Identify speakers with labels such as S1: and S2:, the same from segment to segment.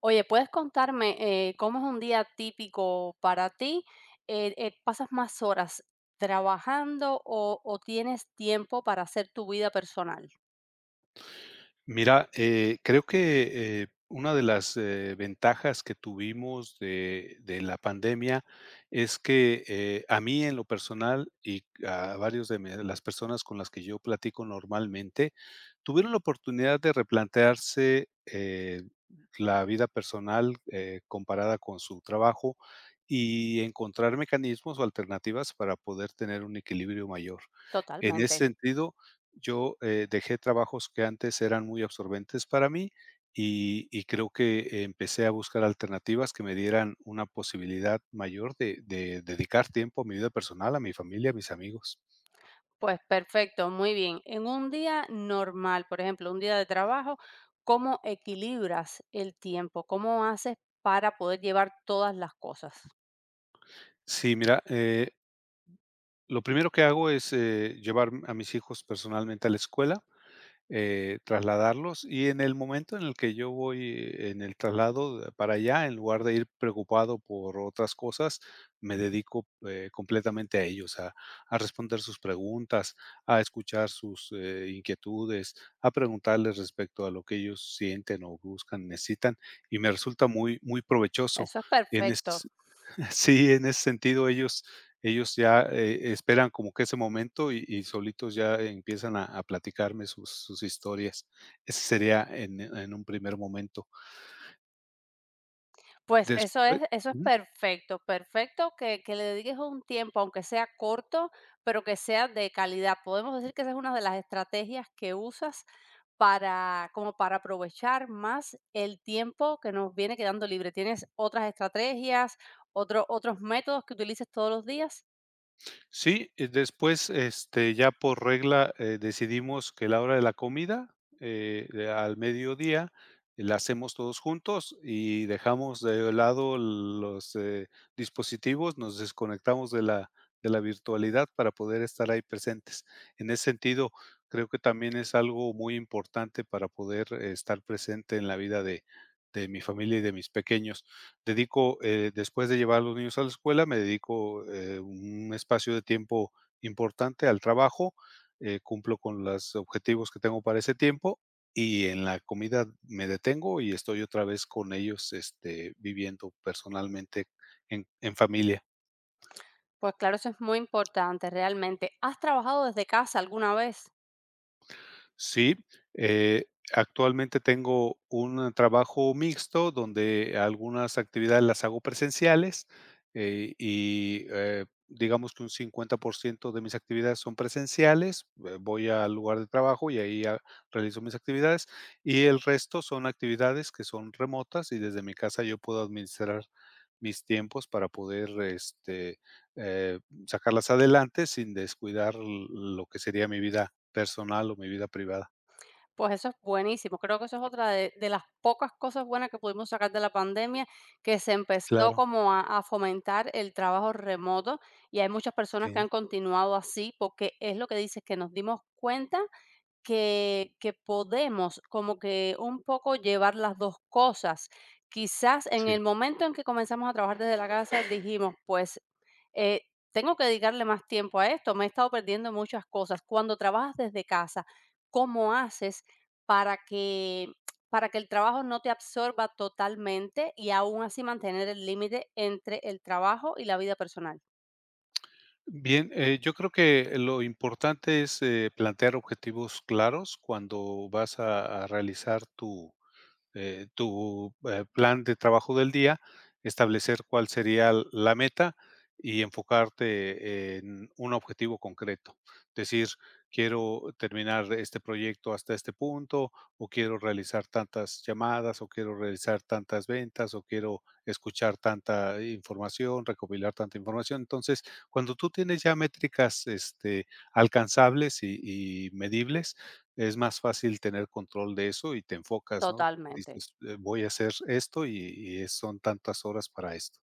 S1: Oye, ¿puedes contarme, cómo es un día típico para ti? ¿Pasas más horas trabajando o tienes tiempo para hacer tu vida personal?
S2: Mira, creo que una de las ventajas que tuvimos de la pandemia es que a mí en lo personal y a varios de las personas con las que yo platico normalmente, tuvieron la oportunidad de replantearse la vida personal comparada con su trabajo y encontrar mecanismos o alternativas para poder tener un equilibrio mayor. En ese
S1: Totalmente.
S2: sentido, yo, dejé trabajos que antes eran muy absorbentes para mí y creo que empecé a buscar alternativas que me dieran una posibilidad mayor de dedicar tiempo a mi vida personal, a mi familia, a mis amigos.
S1: Pues perfecto, muy bien. En un día normal, por ejemplo, un día de trabajo, ¿cómo equilibras el tiempo? ¿Cómo haces para poder llevar todas las cosas?
S2: Sí, mira, lo primero que hago es, llevar a mis hijos personalmente a la escuela. Trasladarlos. Y en el momento en el que yo voy en el traslado para allá, en lugar de ir preocupado por otras cosas, me dedico completamente a ellos, a responder sus preguntas, a escuchar sus inquietudes, a preguntarles respecto a lo que ellos sienten o buscan, necesitan, y me resulta muy, muy provechoso.
S1: Eso es
S2: En,
S1: perfecto.
S2: es- Sí, en ese sentido ellos ya, esperan como que ese momento y solitos ya empiezan a platicarme sus historias. Ese sería en un primer momento.
S1: Pues eso
S2: Después
S1: es eso es perfecto, perfecto que le dediques un tiempo, aunque sea corto, pero que sea de calidad. Podemos decir que esa es una de las estrategias que usas para como para aprovechar más el tiempo que nos viene quedando libre. ¿Tienes otras estrategias, otros métodos que utilices todos los días?
S2: Sí, y después, este, ya por regla, decidimos que la hora de la comida, de al mediodía, la hacemos todos juntos y dejamos de lado los, dispositivos, nos desconectamos de la virtualidad para poder estar ahí presentes. En ese sentido, creo que también es algo muy importante para poder estar presente en la vida de mi familia y de mis pequeños dedico, después de llevar a los niños a la escuela, me dedico un espacio de tiempo importante al trabajo, cumplo con los objetivos que tengo para ese tiempo y en la comida me detengo y estoy otra vez con ellos este, viviendo personalmente en familia.
S1: Pues claro, eso es muy importante realmente. ¿Has trabajado desde casa alguna vez?
S2: Sí, eh, actualmente tengo un trabajo mixto donde algunas actividades las hago presenciales y digamos que un 50% de mis actividades son presenciales. Voy al lugar de trabajo y ahí realizo mis actividades y el resto son actividades que son remotas y desde mi casa yo puedo administrar mis tiempos para poder este, eh, sacarlas adelante sin descuidar lo que sería mi vida personal o mi vida privada.
S1: Pues eso es buenísimo. Creo que eso es otra de las pocas cosas buenas que pudimos sacar de la pandemia, que se empezó
S2: Claro,
S1: como a fomentar el trabajo remoto y hay muchas personas que
S2: sí,
S1: han continuado así porque es lo que dices, que nos dimos cuenta que podemos como que un poco llevar las 2 cosas. Quizás en
S2: sí.
S1: el momento en que comenzamos a trabajar desde la casa dijimos: "Pues, eh, tengo que dedicarle más tiempo a esto, me he estado perdiendo muchas cosas". Cuando trabajas desde casa, ¿cómo haces para que para que el trabajo no te absorba totalmente y aún así mantener el límite entre el trabajo y la vida personal?
S2: Bien, yo creo que lo importante es, plantear objetivos claros cuando vas a realizar tu plan de trabajo del día, establecer cuál sería la meta y enfocarte en un objetivo concreto. Decir, quiero terminar este proyecto hasta este punto, o quiero realizar tantas llamadas, o quiero realizar tantas ventas, o quiero escuchar tanta información, recopilar tanta información. Entonces, cuando tú tienes ya métricas este, alcanzables y medibles, es más fácil tener control de eso y te enfocas, ¿no?
S1: Totalmente.
S2: Dices, voy a hacer esto y es son tantas horas para esto.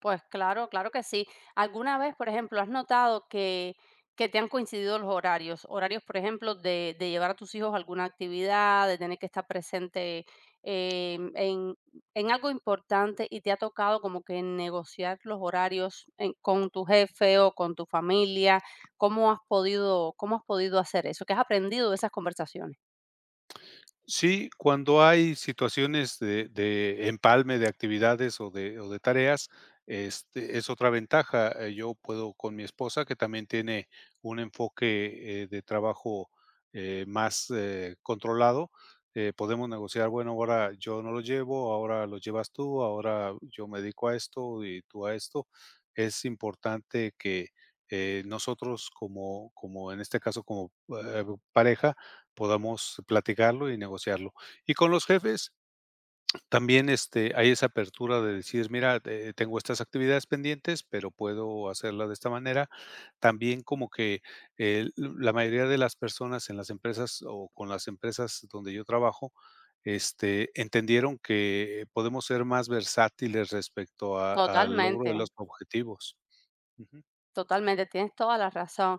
S1: Pues claro, claro que sí. ¿Alguna vez, por ejemplo, has notado que te han coincidido los horarios? Horarios, por ejemplo, de llevar a tus hijos a alguna actividad, de tener que estar presente eh, en, en algo importante y te ha tocado como que negociar los horarios en- con tu jefe o con tu familia. Cómo has podido hacer eso? ¿Qué has aprendido de esas conversaciones?
S2: Sí, cuando hay situaciones de empalme de actividades o de tareas, este, es otra ventaja. Yo puedo con mi esposa, que también tiene un enfoque, de trabajo, más, controlado, podemos negociar, bueno, ahora yo no lo llevo, ahora lo llevas tú, ahora yo me dedico a esto y tú a esto. Es importante que, nosotros como en este caso como, pareja, podamos platicarlo y negociarlo. Y con los jefes también, este, hay esa apertura de decir: "Mira, tengo estas actividades pendientes, pero puedo hacerla de esta manera". También como que, la mayoría de las personas en las empresas o con las empresas donde yo trabajo, este, entendieron que podemos ser más versátiles respecto a al logro
S1: Totalmente.
S2: de los objetivos. Ujú.
S1: Totalmente, tienes toda la razón.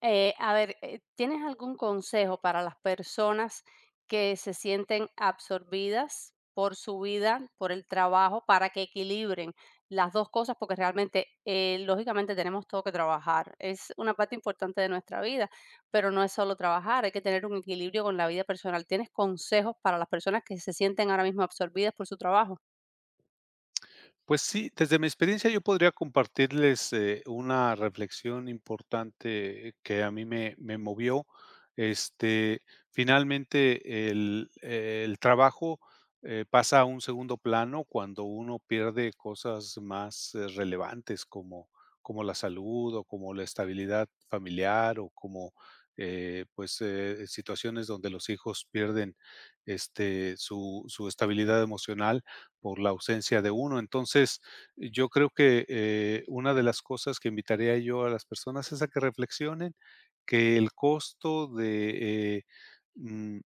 S1: A ver, ¿tienes algún consejo para las personas que se sienten absorbidas por su vida, por el trabajo, para que equilibren las dos cosas? Porque realmente, lógicamente, tenemos todo que trabajar. Es una parte importante de nuestra vida, pero no es solo trabajar, hay que tener un equilibrio con la vida personal. ¿Tienes consejos para las personas que se sienten ahora mismo absorbidas por su trabajo?
S2: Pues sí, desde mi experiencia yo podría compartirles, una reflexión importante que a mí me movió. Este, finalmente el trabajo, pasa a un segundo plano cuando uno pierde cosas más, relevantes como como la salud o como la estabilidad familiar o como, pues, situaciones donde los hijos pierden, este, su estabilidad emocional por la ausencia de uno. Entonces, yo creo que una de las cosas que invitaría yo a las personas es a que reflexionen que el costo de mm,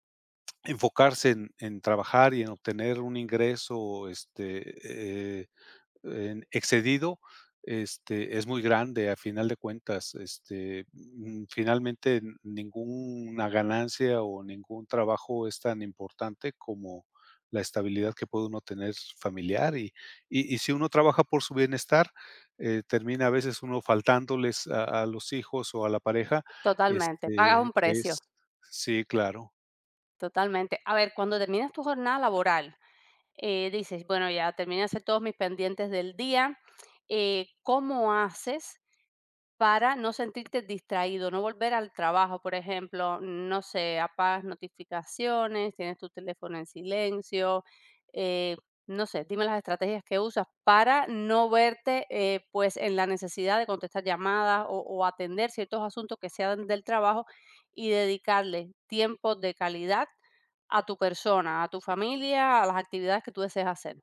S2: enfocarse en trabajar y en obtener un ingreso este, en excedido, este, es muy grande, a final de cuentas, este, finalmente ninguna ganancia o ningún trabajo es tan importante como la estabilidad que puede uno tener familiar y si uno trabaja por su bienestar, termina a veces uno faltándoles a los hijos o a la pareja,
S1: Totalmente, pagas
S2: este,
S1: un
S2: que es
S1: precio.
S2: sí, claro.
S1: Totalmente. A ver, cuando terminas tu jornada laboral, dices, bueno, ya terminé de hacer todos mis pendientes del día. ¿Cómo haces para no sentirte distraído, no volver al trabajo, por ejemplo, no sé, apagas notificaciones, tienes tu teléfono en silencio, eh, no sé, dime las estrategias que usas para no verte, pues, en la necesidad de contestar llamadas o atender ciertos asuntos que sean del trabajo y dedicarle tiempo de calidad a tu persona, a tu familia, a las actividades que tú deseas hacer.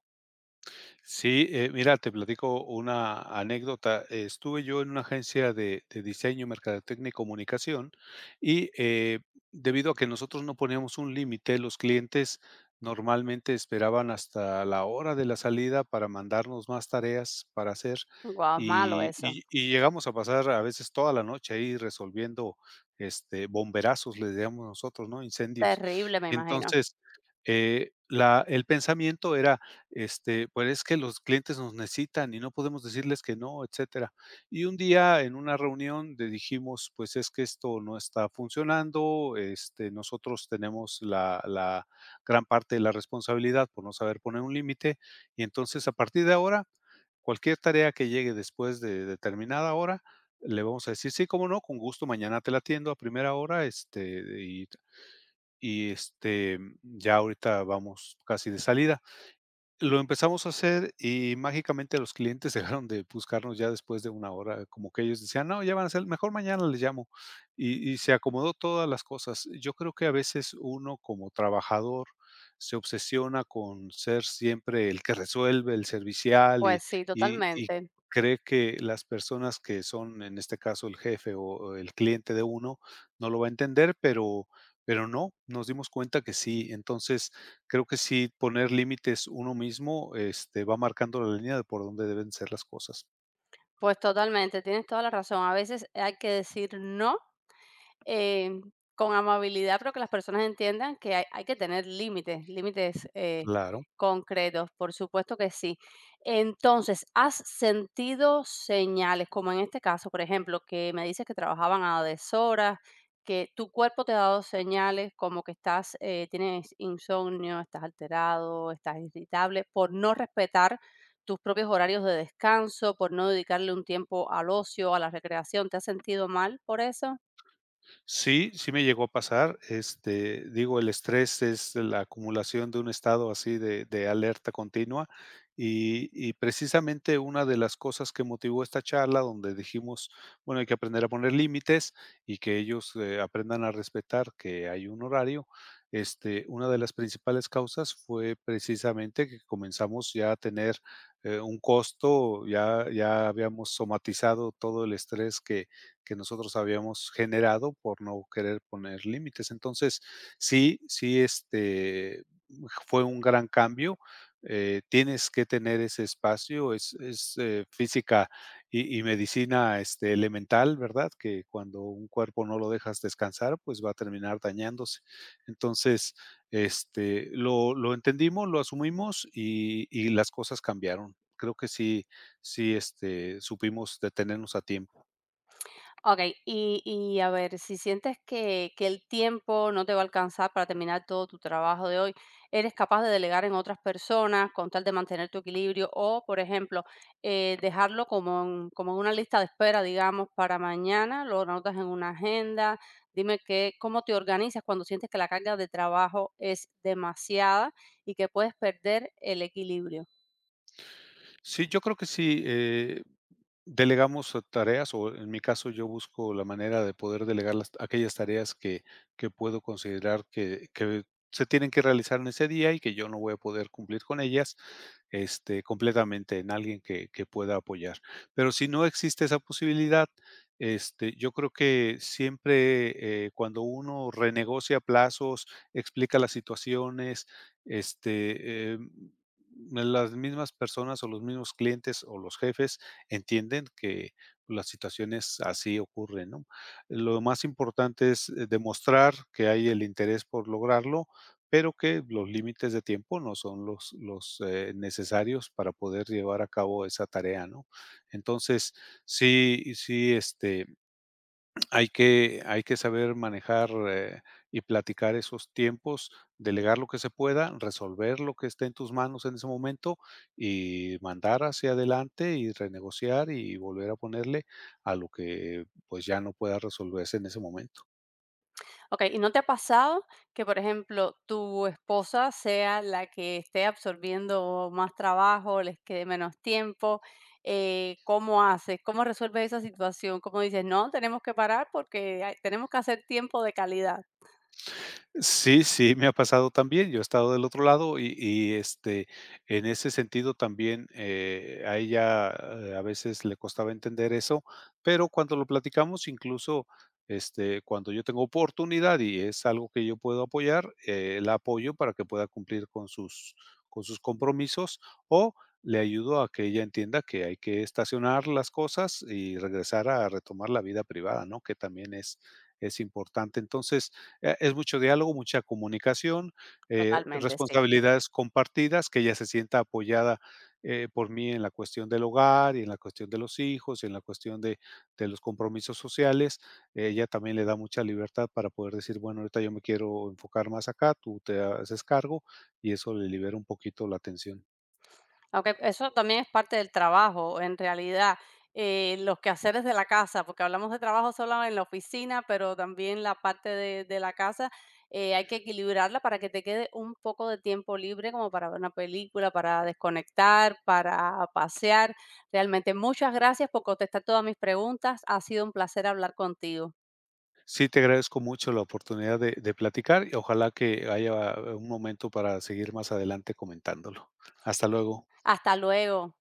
S2: Sí, mira, te platico una anécdota. Estuve yo en una agencia de diseño, mercadotecnia y comunicación y debido a que nosotros no poníamos un límite, los clientes normalmente esperaban hasta la hora de la salida para mandarnos más tareas para hacer
S1: Guau, es malo eso.
S2: y llegamos a pasar a veces toda la noche ahí resolviendo este, bomberazos, les llamamos nosotros, ¿no? Incendios.
S1: Terrible, me imagino.
S2: Entonces, el pensamiento era este, pues es que los clientes nos necesitan y no podemos decirles que no, etcétera. Y un día en una reunión le dijimos, pues es que esto no está funcionando, este, nosotros tenemos la gran parte de la responsabilidad por no saber poner un límite y entonces a partir de ahora, cualquier tarea que llegue después de determinada hora, le vamos a decir, sí, cómo no, con gusto, mañana te la atiendo a primera hora, este, y este, ya ahorita vamos casi de salida lo empezamos a hacer y mágicamente los clientes dejaron de buscarnos ya después de una hora, como que ellos decían: "No, ya van a ser mejor mañana les llamo", y se acomodó todas las cosas. Yo creo que a veces uno como trabajador se obsesiona con ser siempre el que resuelve, el servicial y
S1: Pues sí,
S2: y y
S1: totalmente.
S2: cree que las personas que son, en este caso, el jefe o el cliente de uno, no lo va a entender, pero no, nos dimos cuenta que sí. Entonces, creo que sí, poner límites uno mismo, este, va marcando la línea de por dónde deben ser las cosas.
S1: Pues totalmente, tienes toda la razón. A veces hay que decir no, eh, con amabilidad, pero que las personas entiendan que hay que tener límites, límites
S2: Claro.
S1: concretos, por supuesto que sí. Entonces, ¿has sentido señales, como en este caso, por ejemplo, que me dices que trabajaban a deshoras, que tu cuerpo te ha dado señales como que estás, tienes insomnio, estás alterado, estás irritable, por no respetar tus propios horarios de descanso, por no dedicarle un tiempo al ocio, a la recreación? ¿Te has sentido mal por eso?
S2: Sí, sí me llegó a pasar. Este, digo, el estrés es la acumulación de un estado así de alerta continua. Y precisamente una de las cosas que motivó esta charla, donde dijimos, bueno, hay que aprender a poner límites y que ellos aprendan a respetar que hay un horario, este, una de las principales causas fue precisamente que comenzamos ya a tener un costo, ya, ya habíamos somatizado todo el estrés que nosotros habíamos generado por no querer poner límites. Entonces, sí, sí, este, fue un gran cambio. Tienes que tener ese espacio, es, física y medicina este, elemental, ¿verdad? Que cuando un cuerpo no lo dejas descansar, pues va a terminar dañándose. Entonces, este, lo entendimos, lo asumimos y las cosas cambiaron. Creo que sí, sí, este, supimos detenernos a tiempo.
S1: Okey, y a ver, si sientes que el tiempo no te va a alcanzar para terminar todo tu trabajo de hoy, ¿eres capaz de delegar en otras personas con tal de mantener tu equilibrio? O, por ejemplo, dejarlo como en una lista de espera, digamos, para mañana, lo anotas en una agenda. Dime qué cómo te organizas cuando sientes que la carga de trabajo es demasiada y que puedes perder el equilibrio.
S2: Sí, yo creo que sí, delegamos tareas, o en mi caso yo busco la manera de poder delegar las aquellas tareas que puedo considerar que se tienen que realizar en ese día y que yo no voy a poder cumplir con ellas, este, completamente en alguien que pueda apoyar. Pero si no existe esa posibilidad, este, yo creo que siempre, cuando uno renegocia plazos, explica las situaciones, este, em las mismas personas o los mismos clientes o los jefes entienden que las situaciones así ocurren, ¿no? Lo más importante es, demostrar que hay el interés por lograrlo, pero que los límites de tiempo no son los necesarios para poder llevar a cabo esa tarea, ¿no? Entonces, sí sí, este, hay que saber manejar y platicar esos tiempos, delegar lo que se pueda, resolver lo que esté en tus manos en ese momento y mandar hacia adelante y renegociar y volver a ponerle a lo que pues ya no pueda resolverse en ese momento.
S1: Okey, ¿y no te ha pasado que, por ejemplo, tu esposa sea la que esté absorbiendo más trabajo, les quede menos tiempo? ¿Cómo haces? ¿Cómo resuelves esa situación? ¿Cómo dices: "No, tenemos que parar porque hay tenemos que hacer tiempo de calidad"?
S2: Sí, sí, me ha pasado también. Yo he estado del otro lado este, en ese sentido también, a ella, a veces le costaba entender eso, pero cuando lo platicamos, incluso, este, cuando yo tengo oportunidad y es algo que yo puedo apoyar, la apoyo para que pueda cumplir con sus compromisos o le ayudo a que ella entienda que hay que estacionar las cosas y regresar a retomar la vida privada, ¿no? Que también es importante. Entonces, es mucho diálogo, mucha comunicación,
S1: Totalmente, sí.
S2: responsabilidades compartidas, que ella se sienta apoyada, por mí en la cuestión del hogar y en la cuestión de los hijos y en la cuestión de los compromisos sociales. Ella también le da mucha libertad para poder decir: "Bueno, ahorita yo me quiero enfocar más acá, tú te haces cargo", y eso le libera un poquito la tensión.
S1: Aunque eso también es parte del trabajo, en realidad, los quehaceres de la casa, porque hablamos de trabajo solo en la oficina, pero también la parte de la casa, hay que equilibrarla para que te quede un poco de tiempo libre como para ver una película, para desconectar, para pasear. Realmente, muchas gracias por contestar todas mis preguntas. Ha sido un placer hablar contigo.
S2: Sí, te agradezco mucho la oportunidad de platicar y ojalá que haya un momento para seguir más adelante comentándolo. Hasta luego.
S1: Hasta luego.